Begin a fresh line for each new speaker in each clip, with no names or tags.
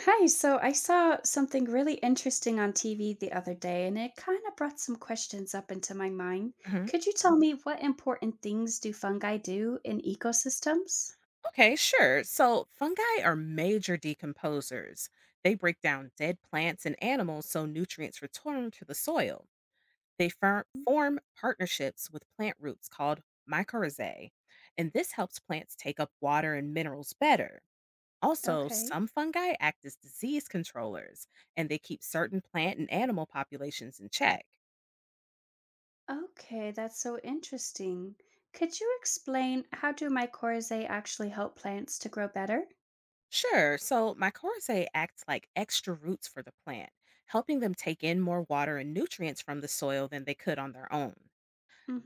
Hi, so I saw something really interesting on TV the other day, and it kind of brought some questions up into my mind.
hmm
Could you tell Mhm. me what important things do fungi do in ecosystems?
Okay, sure. So fungi are major decomposers. They break down dead plants and animals so nutrients return to the soil. They form partnerships with plant roots called mycorrhizae, and this helps plants take up water and minerals better. Also,
Okay.
some fungi act as disease controllers, and they keep certain plant and animal populations in check.
Okay, that's so interesting. Could you explain how do mycorrhizae actually help plants to grow better?
Sure. So my mycorrhizae acts like extra roots for the plant, helping them take in more water and nutrients from the soil than they could on their own.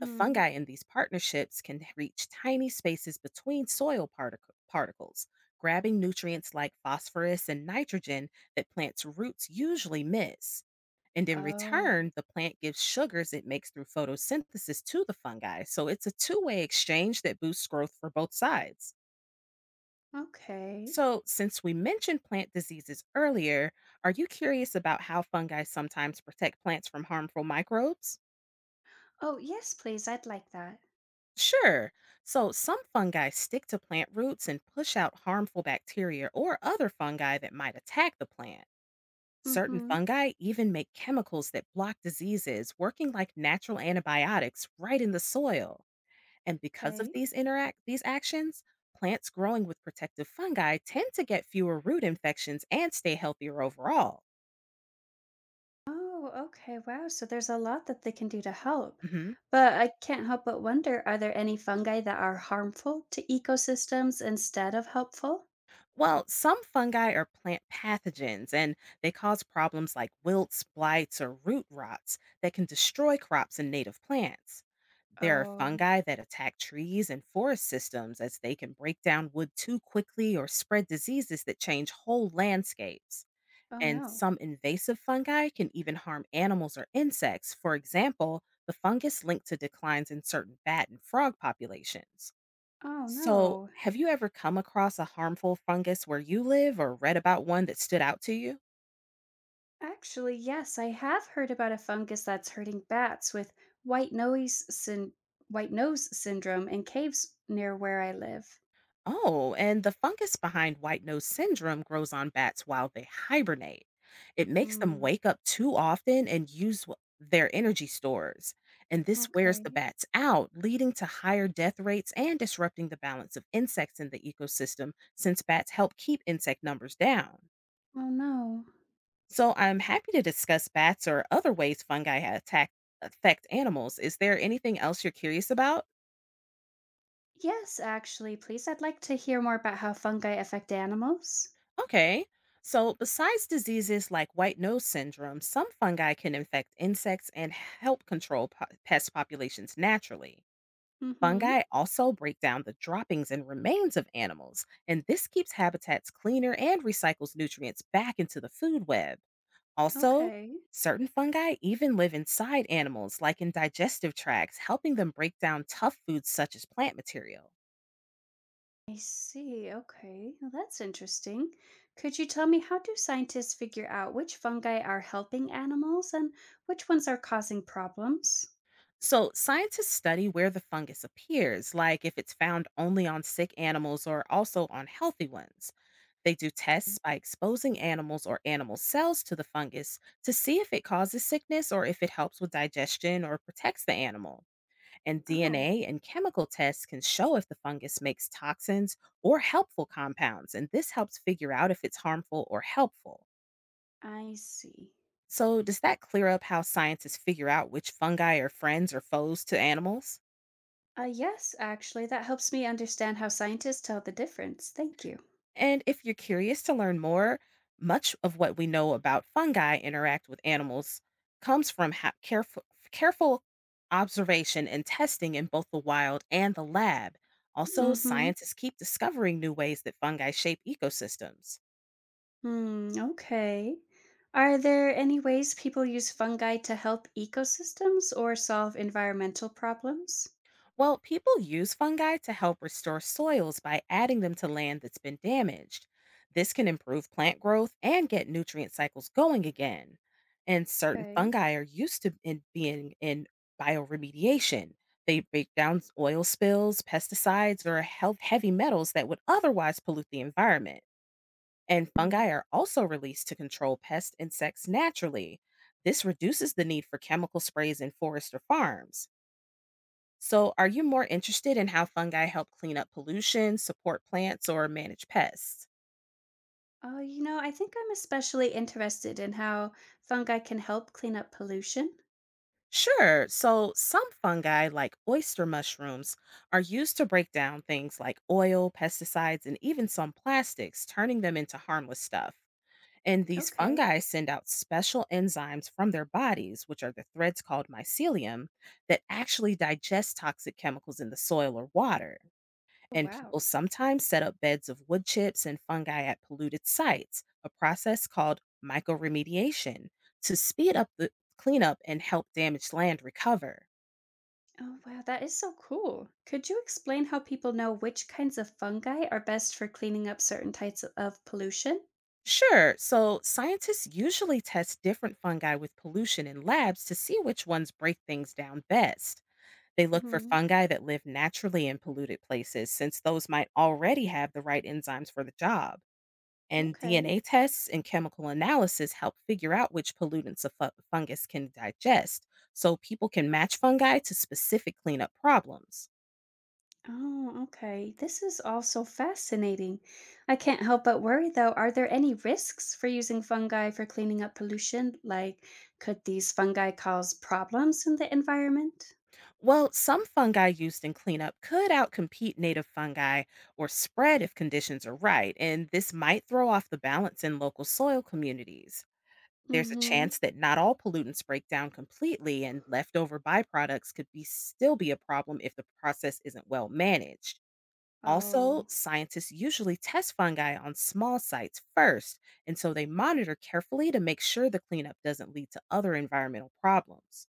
The fungi in these partnerships can reach tiny spaces between soil particles, grabbing nutrients like phosphorus and nitrogen that plants' roots usually miss. And in
Oh,
return, the plant gives sugars it makes through photosynthesis to the fungi. So it's a two-way exchange that boosts growth for both sides.
okay.
So, since we mentioned plant diseases earlier, are you curious about how fungi sometimes protect plants from harmful microbes?
Oh, yes, please. I'd like that.
Sure. So, some fungi stick to plant roots and push out harmful bacteria or other fungi that might attack the plant. Certain
Mm-hmm.
fungi even make chemicals that block diseases, working like natural antibiotics right in the soil. And because of
Okay.
these actions, plants growing with protective fungi tend to get fewer root infections and stay healthier overall.
Oh, okay. Wow. So there's a lot that they can do to help.
hmm
But I can't help but wonder, are there any fungi that are harmful to ecosystems instead of helpful?
Well, some fungi are plant pathogens and they cause problems like wilts, blights, or root rots that can destroy crops and native plants. There are
Oh,
fungi that attack trees and forest systems as they can break down wood too quickly or spread diseases that change whole landscapes.
oh
And
no.
some invasive fungi can even harm animals or insects, for example, the fungus linked to declines in certain bat and frog populations.
Oh
So,
no.
have you ever come across a harmful fungus where you live or read about one that stood out to you?
Actually, yes, I have heard about a fungus that's hurting bats with white nose syn- white nose syndrome in caves near where I live.
Oh, and the fungus behind white nose syndrome grows on bats while they hibernate. It makes them
Hmm.
wake up too often and use their energy stores. And this wears
Okay.
the bats out, leading to higher death rates and disrupting the balance of insects in the ecosystem since bats help keep insect numbers down.
Oh no.
So I'm happy to discuss bats or other ways fungi ha- attack affect animals. Is there anything else you're curious about?
Yes, actually, please. I'd like to hear more about how fungi affect animals.
Okay. So besides diseases like white nose syndrome, some fungi can infect insects and help control pest populations naturally.
Mm-hmm.
Fungi also break down the droppings and remains of animals, and this keeps habitats cleaner and recycles nutrients back into the food web. Also,
Okay,
certain fungi even live inside animals, like in digestive tracts, helping them break down tough foods such as plant material.
I see. Okay, well, that's interesting. Could you tell me how do scientists figure out which fungi are helping animals and which ones are causing problems?
So, scientists study where the fungus appears, like if it's found only on sick animals or also on healthy ones. They do tests by exposing animals or animal cells to the fungus to see if it causes sickness or if it helps with digestion or protects the animal. And
Oh,
DNA and chemical tests can show if the fungus makes toxins or helpful compounds, and this helps figure out if it's harmful or helpful.
I see.
So, does that clear up how scientists figure out which fungi are friends or foes to animals?
Yes, actually, that helps me understand how scientists tell the difference. Thank you.
And if you're curious to learn more, much of what we know about fungi interact with animals comes from careful, careful observation and testing in both the wild and the lab. Also,
Mm-hmm.
scientists keep discovering new ways that fungi shape ecosystems.
Hmm, okay. Are there any ways people use fungi to help ecosystems or solve environmental problems?
Well, people use fungi to help restore soils by adding them to land that's been damaged. This can improve plant growth and get nutrient cycles going again. And certain
Okay.
fungi are used to in being in bioremediation. They break down oil spills, pesticides, or health heavy metals that would otherwise pollute the environment. And fungi are also released to control pest insects naturally. This reduces the need for chemical sprays in forests or farms. So, are you more interested in how fungi help clean up pollution, support plants, or manage pests?
Oh, you know, I think I'm especially interested in how fungi can help clean up pollution.
Sure. So, some fungi, like oyster mushrooms, are used to break down things like oil, pesticides, and even some plastics, turning them into harmless stuff. And these
Okay.
fungi send out special enzymes from their bodies, which are the threads called mycelium, that actually digest toxic chemicals in the soil or water.
Oh,
And people
wow.
sometimes set up beds of wood chips and fungi at polluted sites, a process called mycoremediation, to speed up the cleanup and help damaged land recover.
Oh, wow. That is so cool. Could you explain how people know which kinds of fungi are best for cleaning up certain types of pollution?
Sure, so scientists usually test different fungi with pollution in labs to see which ones break things down best. They look for
Hmm.
fungi that live naturally in polluted places, since those might already have the right enzymes for the job. And
Okay.
DNA tests and chemical analysis help figure out which pollutants a fungus can digest, so people can match fungi to specific cleanup problems.
Oh, okay. This is all so fascinating. I can't help but worry, though. Are there any risks for using fungi for cleaning up pollution? Like, could these fungi cause problems in the environment?
Well, some fungi used in cleanup could outcompete native fungi or spread if conditions are right, and this might throw off the balance in local soil communities.
Mm
There's a
hmm.
chance that not all pollutants break down completely, and leftover byproducts could be still be a problem if the process isn't well managed. Also,
Oh,
scientists usually test fungi on small sites first, and so they monitor carefully to make sure the cleanup doesn't lead to other environmental problems.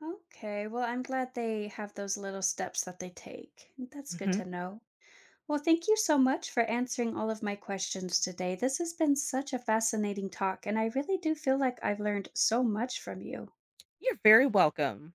okay. Well, I'm glad they have those little steps that they take. That's good
hmm
to know. Well, thank you so much for answering all of my questions today. This has been such a fascinating talk, and I really do feel like I've learned so much from you.
You're very welcome.